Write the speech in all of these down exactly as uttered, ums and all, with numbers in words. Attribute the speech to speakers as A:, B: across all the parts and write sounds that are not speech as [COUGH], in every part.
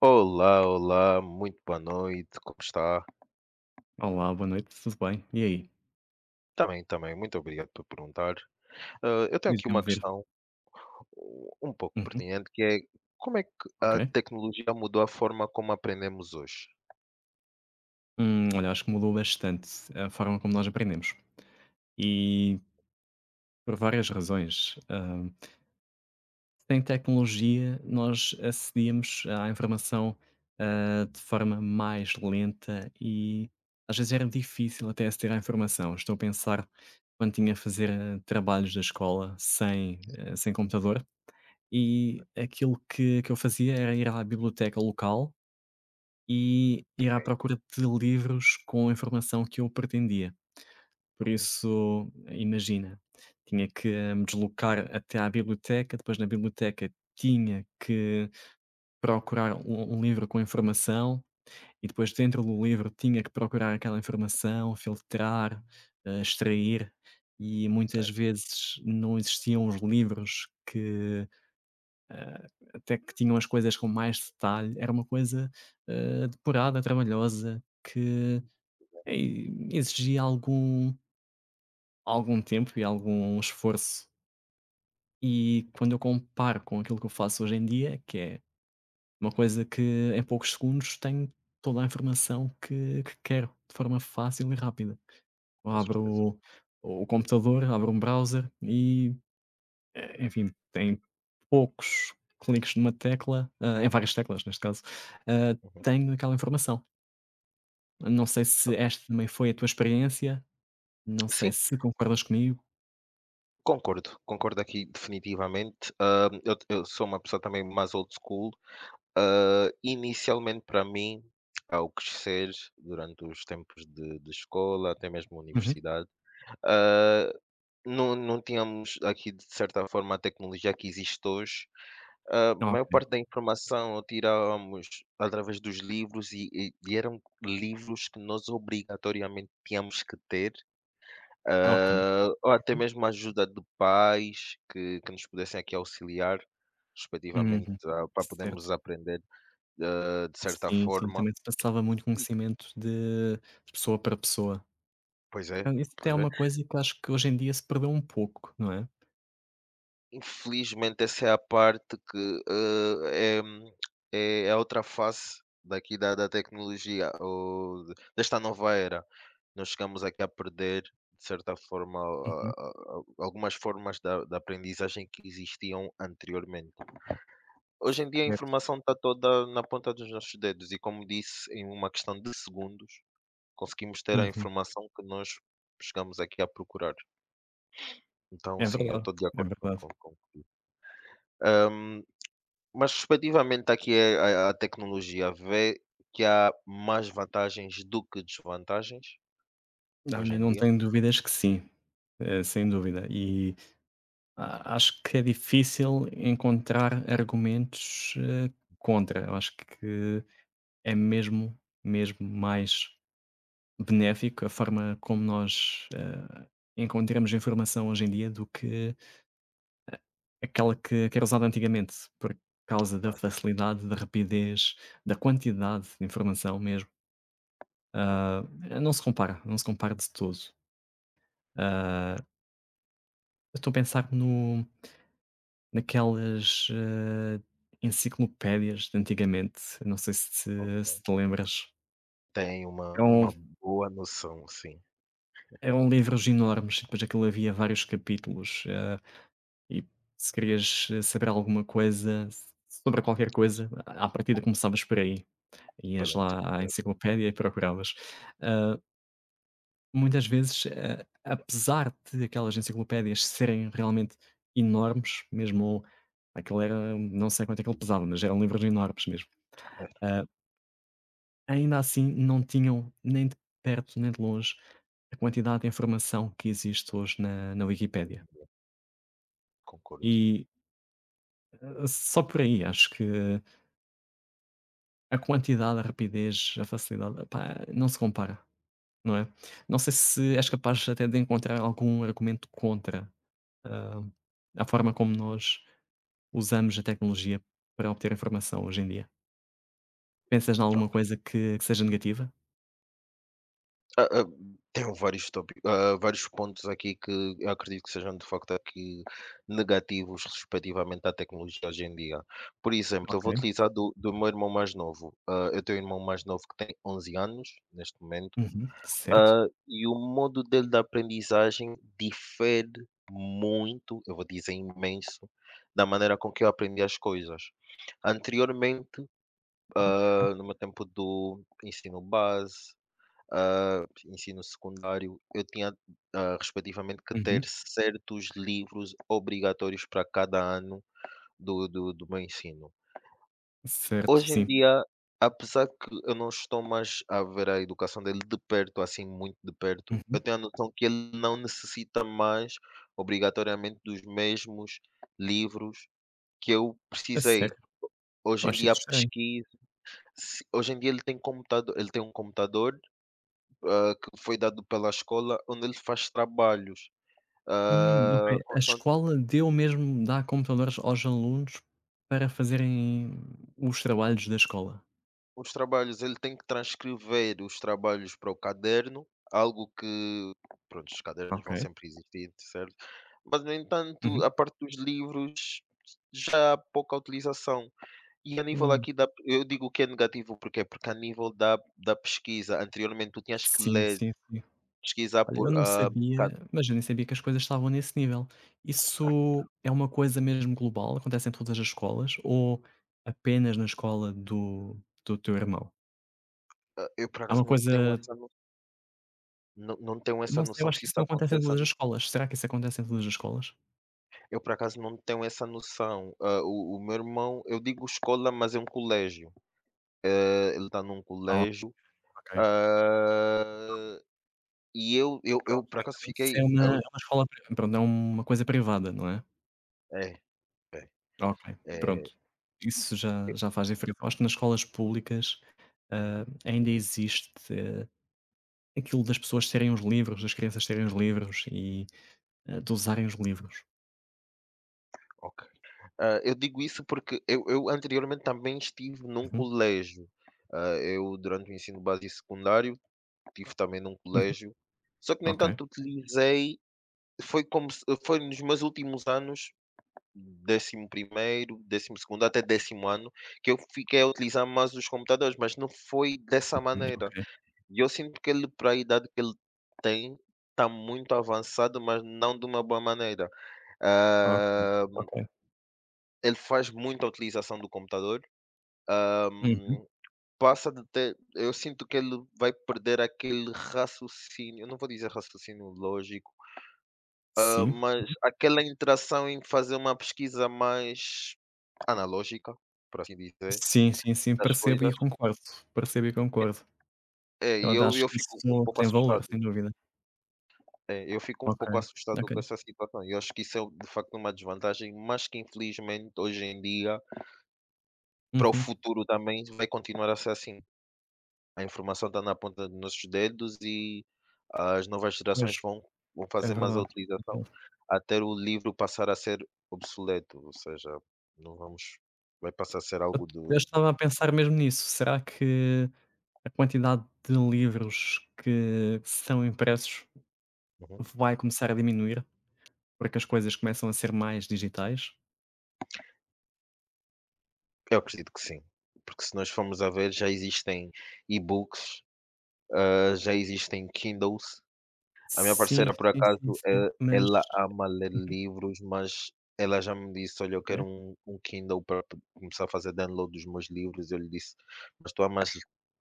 A: Olá, olá, muito boa noite, como está?
B: Olá, boa noite, tudo bem? E aí?
A: Também, também, muito obrigado por perguntar. Ah, eu tenho
B: Feliz
A: aqui
B: de
A: uma
B: ouvir.
A: questão uh, um pouco
B: Uhum,
A: pertinente, que é como é que
B: ok.
A: a tecnologia mudou a forma como aprendemos hoje?
B: Hum, olha, acho que mudou bastante a forma como nós aprendemos. E por várias razões. Ah, sem tecnologia, nós acedíamos à informação, ah, de forma mais lenta e às vezes era difícil até aceder à informação. Estou a pensar quando tinha a fazer ah, trabalhos da escola sem, ah, sem computador e aquilo que, que eu fazia era ir à biblioteca local e ir à procura de livros com a informação que eu pretendia. Por
A: Uhum,
B: isso, imagina, tinha que eh, me deslocar até à biblioteca, depois na biblioteca tinha que procurar um um livro com informação e depois dentro do livro tinha que procurar aquela informação, filtrar, eh, extrair, e muitas
A: certo,
B: vezes não existiam os livros que até que tinham as coisas com mais detalhe, era uma coisa, eh, depurada, trabalhosa que É, e exigia algum algum tempo e algum esforço. E quando eu comparo com aquilo que eu faço hoje em dia, que é uma coisa que em poucos segundos tenho toda a informação que que quero, de forma fácil e rápida. Eu
A: com
B: abro
A: certeza.
B: o o computador, abro um browser e, eh, enfim, tem poucos cliques numa tecla, hã, em várias teclas neste caso, hã,
A: Uhum.
B: tenho aquela informação. Não sei se esta também foi a tua experiência, não sei
A: Sim,
B: se concordas comigo.
A: concordo, concordo aqui definitivamente. Ah, eu, eu sou uma pessoa também mais old school. Ah, inicialmente, para mim, ao crescer durante os tempos de, de escola, até mesmo
B: Uhum.
A: universidade, ah, Não não tínhamos aqui, de certa forma, a tecnologia que existe hoje. A maior parte
B: Ok.
A: da informação a tirávamos através dos livros e e e eram livros que nós obrigatoriamente tínhamos que ter,
B: Ok.
A: hã, ou até mesmo a ajuda de pais que que nos pudessem aqui auxiliar, respectivamente,
B: Uhum.
A: a para
B: Certo.
A: podermos aprender, hã, de certa
B: Sim, sim,
A: forma.
B: também se passava muito
A: E
B: conhecimento de pessoa para pessoa.
A: pois é,
B: Então, isso até é
A: pois é.
B: uma coisa que eu acho que hoje em dia se perdeu um pouco, não é?
A: Infelizmente, essa é a parte que, eh, é é a outra face daqui da da tecnologia ou de- desta nova era. Nós chegamos aqui a perder, de certa forma, a
B: Uhum,
A: a a algumas formas da da aprendizagem que existiam anteriormente. Hoje em dia, a
B: certo.
A: informação está toda na ponta dos nossos dedos e, como disse, em uma questão de segundos, conseguimos ter a
B: Uhum.
A: informação que nós chegamos aqui a procurar. Então,
B: É
A: sim, eu
B: verdade,
A: estou de
B: é
A: acordo com
B: verdade.
A: com com, hã Mas respectivamente aqui é a a tecnologia, vê que há mais vantagens do que desvantagens
B: Olha,
A: hoje em
B: não
A: dia?
B: tenho dúvidas que sim, eh, sem dúvida. E a acho que é difícil encontrar argumentos, eh, contra. Eu acho que é mesmo, mesmo mais benéfico a forma como nós, eh, encontramos informação hoje em dia do que aquela que que era usada antigamente, por causa da
A: Claro,
B: facilidade, da rapidez, da quantidade de informação mesmo.
A: pois é,
B: Eh, não se compara, não se compara de todo. Eu estou a pensar no naquelas, eh, enciclopédias de antigamente, não sei se se te
A: ok.
B: lembras.
A: Tem uma
B: Eram
A: uma boa noção, sim,
B: eram livros enormes e depois aquilo havia vários capítulos, eh E se querias, eh, saber alguma coisa s sobre qualquer coisa, à à partida começavas por aí. Ias
A: pela
B: lá à
A: enciclopédia
B: enciclopédia e procuravas. Ah, Muitas vezes, a apesar de aquelas enciclopédias serem realmente enormes, mesmo aquele era não sei quanto é que ele pesava, mas eram livros enormes mesmo. Ah, Ainda assim não tinham nem de perto nem de longe a quantidade de informação que existe hoje na na
A: hoje
B: Wikipédia.
A: em dia, concordo.
B: E, ah, só por aí acho que a quantidade, a rapidez, a facilidade, epá, não se compara, não é? Não sei se és capaz até de encontrar algum argumento contra, hã, a forma como nós usamos a tecnologia para obter informação hoje em dia. Pensas em alguma coisa que que seja negativa?
A: Ah, ah, tenho vários tópicos, ah, vários pontos aqui que eu acredito que sejam de facto aqui negativos respectivamente à tecnologia hoje em dia. Por exemplo, eu
B: Ok.
A: vou utilizar do, do meu irmão mais novo. Ah, eu tenho um irmão mais novo que tem onze anos neste momento,
B: Uhum. Certo.
A: ah, e o modo dele da aprendizagem difere muito, eu vou dizer imenso, da maneira com que eu aprendi as coisas. Anteriormente, ah, no meu tempo do ensino base. Ensino secundário, eu tinha, ah, respectivamente que ter
B: Uhum.
A: certos livros obrigatórios para cada ano do do do meu ensino.
B: Certo,
A: Hoje em
B: sim.
A: dia, apesar que eu não estou mais a ver a educação dele de perto, assim, muito de perto, eu
B: Uhum.
A: tenho a noção que ele não necessita mais obrigatoriamente dos mesmos livros que eu
B: A
A: precisei.
B: sério?
A: Hoje
B: Eu
A: em
B: acho
A: dia
B: isso
A: a
B: estranho.
A: pesquisa se hoje em dia ele tem computador ele tem um computador, ah, que foi dado pela escola, onde ele faz trabalhos.
B: Hum,
A: Ah,
B: ok. A
A: consoante
B: escola deu mesmo dá computadores aos alunos para fazerem os trabalhos da escola.
A: os trabalhos, ele tem que transcrever os trabalhos para o caderno, algo que, pronto, os cadernos
B: Ok.
A: vão sempre existir, certo? Mas, no entanto,
B: Uhum.
A: a parte dos livros já há pouca utilização. E a nível
B: Hum,
A: aqui da, eu digo que é negativo, porquê? Porque a nível da da pesquisa, anteriormente tu tinhas que
B: sim,
A: ler,
B: sim, sim.
A: pesquisar
B: Olha, eu
A: por,
B: não
A: ah, ca
B: sabia, mas eu nem sabia que as coisas estavam nesse nível. Isso é uma coisa mesmo global? Acontece em todas as escolas ou apenas na escola do do teu irmão?
A: ah, eu por
B: É uma
A: acaso não
B: coisa
A: tenho essa no não não tenho essa
B: Não sei, eu
A: noção
B: acho
A: se
B: que isso
A: isso
B: não acontece em
A: acontece a
B: todas as escolas. Será que isso acontece em todas as escolas?
A: Eu por acaso não tenho essa noção. Ah, o o meu irmão, eu digo escola, mas é um colégio. Eh, ele está num
B: Ah,
A: colégio,
B: ok.
A: ah, e eu eu eu
B: Pronto,
A: por acaso
B: então isso
A: fiquei
B: é uma é
A: eu,
B: uma escola pri pronto, é uma coisa privada, não é?
A: é, é,
B: Ok,
A: é,
B: pronto. Isso já já faz diferença. Eu acho que nas escolas públicas,
A: uhum,
B: hã, ainda existe aquilo das pessoas terem os livros, das crianças terem os livros e, eh, de usarem os livros.
A: ok. Ah, eu digo isso porque eu eu anteriormente também estive num
B: Uhum,
A: colégio. Ah, eu durante o ensino básico e secundário, estive também num
B: uhum,
A: colégio, só que no
B: ok,
A: entanto utilizei foi como se foi nos meus últimos anos décimo primeiro, décimo segundo, até décimo ano, que eu fiquei a utilizar mais os computadores, mas não foi dessa
B: hum, ok,
A: maneira. E eu sinto que ele, para a idade que ele tem, está muito avançado, mas não de uma boa maneira.
B: ok,
A: Ah,
B: ok.
A: ele faz muita utilização do computador.
B: Uhum.
A: ahm, Passa de ter, eu sinto que ele vai perder aquele raciocínio, eu não vou dizer raciocínio lógico, ah,
B: Sim,
A: mas aquela interação em fazer uma pesquisa mais analógica, por assim dizer
B: sim, sim, sim,
A: Das
B: percebo e
A: coisas.
B: concordo, percebo e concordo.
A: É,
B: Eu
A: e
B: ainda
A: eu
B: acho
A: eu
B: que
A: fico um
B: isso
A: pouco
B: tem valor,
A: assustado.
B: sem dúvida.
A: É, eu fico um
B: Ok,
A: pouco assustado
B: ok.
A: com essa situação e eu acho que isso é, de facto, uma desvantagem, mas que infelizmente hoje em dia, para o
B: Uhum.
A: futuro também vai continuar a ser assim. A informação está na ponta dos nossos dedos e as novas
B: Pois,
A: gerações vão vão
B: é
A: fazer mais a
B: verdade, é
A: utilização,
B: verdade.
A: até o livro passar a ser obsoleto, ou seja, não vamos vai passar a ser
B: Eu
A: algo
B: eu
A: do
B: estava a pensar mesmo nisso, será que a quantidade de livros que são impressos
A: uhum.
B: vai começar a diminuir, porque as coisas começam a ser mais digitais?
A: Eu acredito que sim, porque se nós formos a ver já existem e-books, já existem Kindles. A minha
B: Sim,
A: parceira, por
B: sim, sim,
A: acaso,
B: sim,
A: eh,
B: mas
A: ela ama ler
B: uhum,
A: livros, mas ela já me disse: "Olha, eu quero
B: ok.
A: um, um Kindle para p- começar a fazer download dos meus livros." Eu lhe disse: "Mas tu amas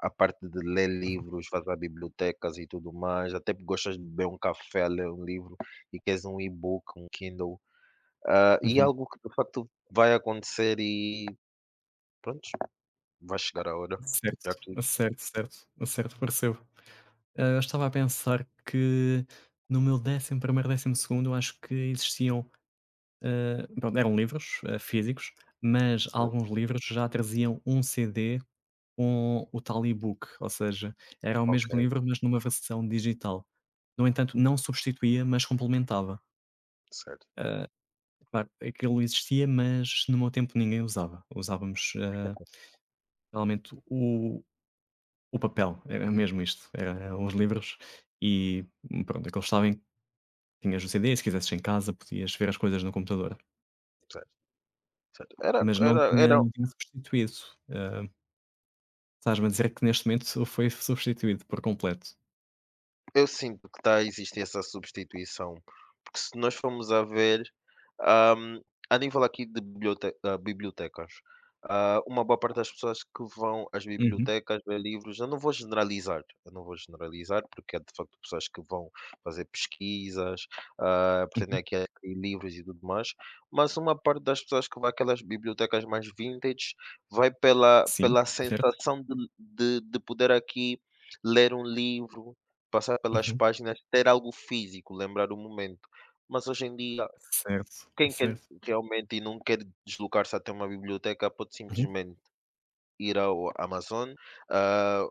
A: a parte de ler livros, fazer bibliotecas e tudo mais, até porque gostas de beber um café, a ler um livro, e queres um e-book, um Kindle." Ah, e
B: Uhum.
A: algo que de facto vai acontecer e pronto, vai chegar a hora. Já que,
B: Certo, certo, certo, certo, percebo. Hã, eu estava a pensar que no meu décimo primeiro, décimo segundo eu acho que existiam, hã, pronto, eram livros, hã, físicos, mas
A: ah,
B: alguns livros já traziam um C D com o tal e-book, ou seja, era o
A: ok,
B: mesmo livro, mas numa versão digital. No entanto, não substituía, mas complementava.
A: certo,
B: Claro, aquilo existia, mas no meu tempo ninguém usava. Usávamos, eh, realmente o o papel, era mesmo isto, era
A: uhum,
B: uns livros, e pronto, aqueles sabem que tinhas o C D, se quisesses em casa podias ver as coisas no computador,
A: certo. Certo. Era,
B: mas não
A: era,
B: tinha
A: era
B: não tinha substituído. Hã, Estás-me a dizer que neste momento foi substituído por completo?
A: Eu sinto que está a existir essa substituição, porque se nós formos a ver, ahm, a nível aqui de bibliote- ah, bibliotecas, ah, uma boa parte das pessoas que vão às
B: Uhum,
A: bibliotecas ver livros, eu não vou generalizar, eu não vou generalizar, porque há de facto pessoas que vão fazer pesquisas, ah, pretendem
B: uhum.
A: aqui adquirir livros e tudo mais, mas uma parte das pessoas que vai àquelas bibliotecas mais vintage vai pela,
B: Sim,
A: pela
B: certo.
A: sensação de, de, de poder aqui ler um livro Passar pelas
B: Uhum.
A: páginas, ter algo físico, lembrar o momento. Mas hoje em dia,
B: Certo,
A: quem quer
B: certo.
A: realmente e não quer deslocar-se até uma biblioteca, pode simplesmente ir ao Amazon, ah,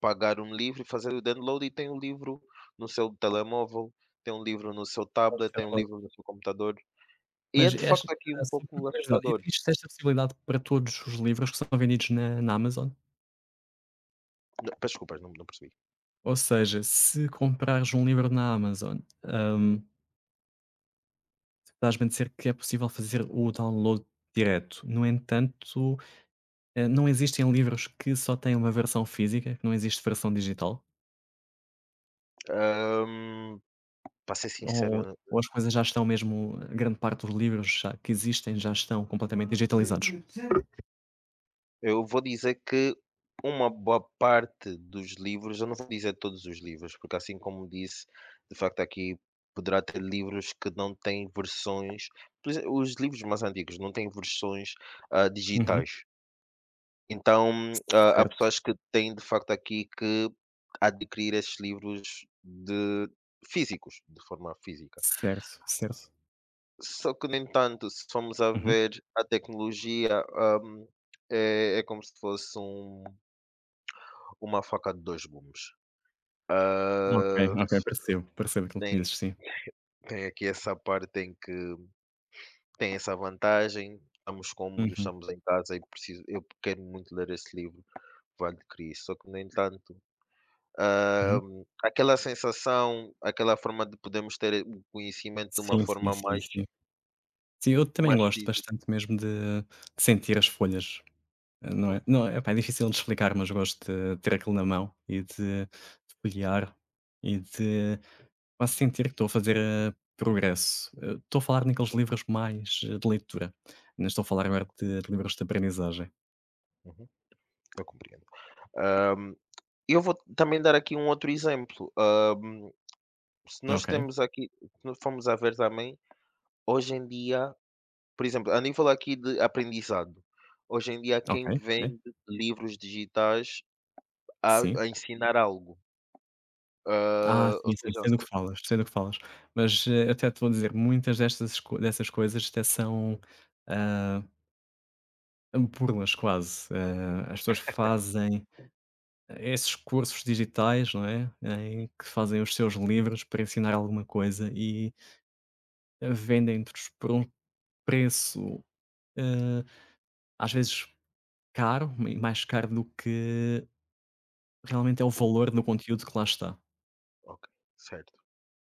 A: pagar um livro e fazer o download, e tem o livro no seu telemóvel, tem um livro no seu tablet, tem um
B: Uhum.
A: livro no seu computador. E é
B: Mas
A: de
B: esta
A: facto aqui um
B: só por
A: pouco
B: curiosidade,
A: assustador.
B: existe esta possibilidade para todos os livros que são vendidos na na Amazon?
A: Não, peço desculpas, não não percebi.
B: Ou seja, se comprares um livro na Amazon,
A: Uhum.
B: hum, estás-me a dizer que é possível fazer o download direto. No entanto, eh, não existem livros que só têm uma versão física, que não existe versão digital?
A: Hã, para ser sincero,
B: Ou ou as coisas já estão mesmo grande parte dos livros já que existem já estão completamente digitalizados?
A: Eu vou dizer que uma boa parte dos livros, eu não vou dizer todos os livros, porque assim como disse, de facto aqui poderá ter livros que não têm versões, por exemplo, os livros mais antigos não têm versões, ah,
B: Uhum.
A: digitais. Então, ah, há
B: Certo,
A: pessoas que têm de facto aqui que adquirir esses livros de físicos, de forma física.
B: certo, certo.
A: Só que, no entanto, se formos a
B: Uhum.
A: ver a tecnologia, ah, hum, é é como se fosse um uma faca de dois gumes.
B: Ok,
A: Ah,
B: ok, percebo, percebo aquilo que
A: tem,
B: dizes, sim.
A: tem aqui essa parte, tem que tem essa vantagem. Estamos cômodos,
B: Uhum,
A: estamos em casa e preciso, eu quero muito ler esse livro, vou adquirir. Só que, no entanto, ah,
B: uhum.
A: aquela sensação, aquela forma de podermos ter o conhecimento de uma
B: Sim, sim,
A: forma
B: sim,
A: mais,
B: sim. Sim, eu também
A: mais
B: gosto
A: física.
B: bastante mesmo de de sentir as folhas, eh, não é
A: [LAUGHS]
B: não é, epá, é difícil de explicar, mas gosto de ter aquilo na mão e de de folhear e de quase sentir que estou a fazer, eh, progresso. Eh, estou a falar
A: Pois
B: naqueles
A: é.
B: livros mais, eh, de leitura, não estou a falar agora de de livros de aprendizagem.
A: Uhum, eu compreendo. Ahm, eu vou também dar aqui um outro exemplo. Ahm, se nós
B: Ok,
A: temos aqui, se nós formos a ver também, hoje em dia, por exemplo, a nível aqui de aprendizado, hoje em dia
B: ok,
A: quem
B: ok.
A: vende livros digitais a,
B: Sim.
A: a ensinar algo.
B: Ah,
A: Ah, ou
B: sim, sim,
A: seja,
B: sei do
A: se-
B: que falas, sei do que falas. Mas, eh, eu até te vou dizer, muitas destas co dessas coisas até são, ah, Hum, burlas quase, eh, as pessoas fazem esses cursos digitais, não é, em que fazem os seus livros para ensinar alguma coisa e vendem-nos por um preço, eh, às vezes caro, e mais caro do que realmente é o
A: o-
B: valor do conteúdo que lá está.
A: ok, certo.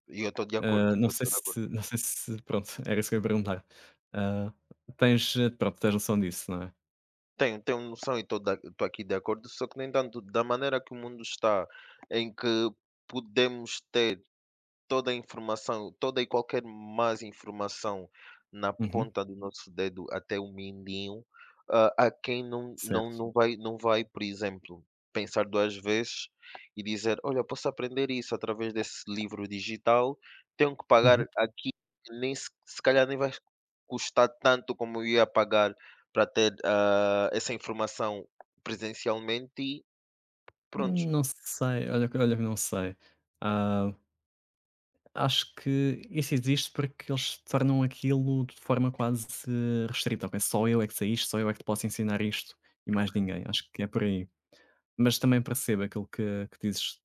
A: E eu estou de acordo,
B: Eh, não
A: eu
B: sei
A: estou de acordo.
B: se não sei se pronto, era isso que eu ia perguntar. Ah, Tens eh, pronto, tens noção disso, não é?
A: Tenho, tenho noção e estou aqui de acordo, só que, no entanto, da maneira que o mundo está, em que podemos toda a informação, toda e qualquer mais informação na
B: Uhum,
A: ponta do nosso dedo até o mindinho, hã, há quem não não
B: certo.
A: não vai não vai, por exemplo, pensar duas vezes e dizer: "Olha, posso aprender isso através desse livro digital, tenho que pagar
B: Uhum.
A: aqui, nem se se calhar nem vai custar tanto como eu ia pagar para ter, hã, essa informação presencialmente", e pronto
B: Não sei, olha que olha que não sei. Ah Acho que isso existe porque eles tornam aquilo de forma quase restrita, ok, só eu é que sei isto, só eu é que te posso ensinar isto e mais ninguém, acho que é por aí. Mas também percebo aquilo que que dizes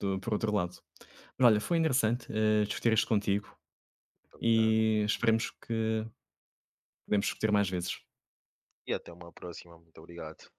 B: do por outro lado. Mas olha, foi interessante, eh, discutir isto contigo
A: Muito obrigado
B: e esperemos que podemos discutir mais vezes.
A: e até uma próxima. Muito obrigado.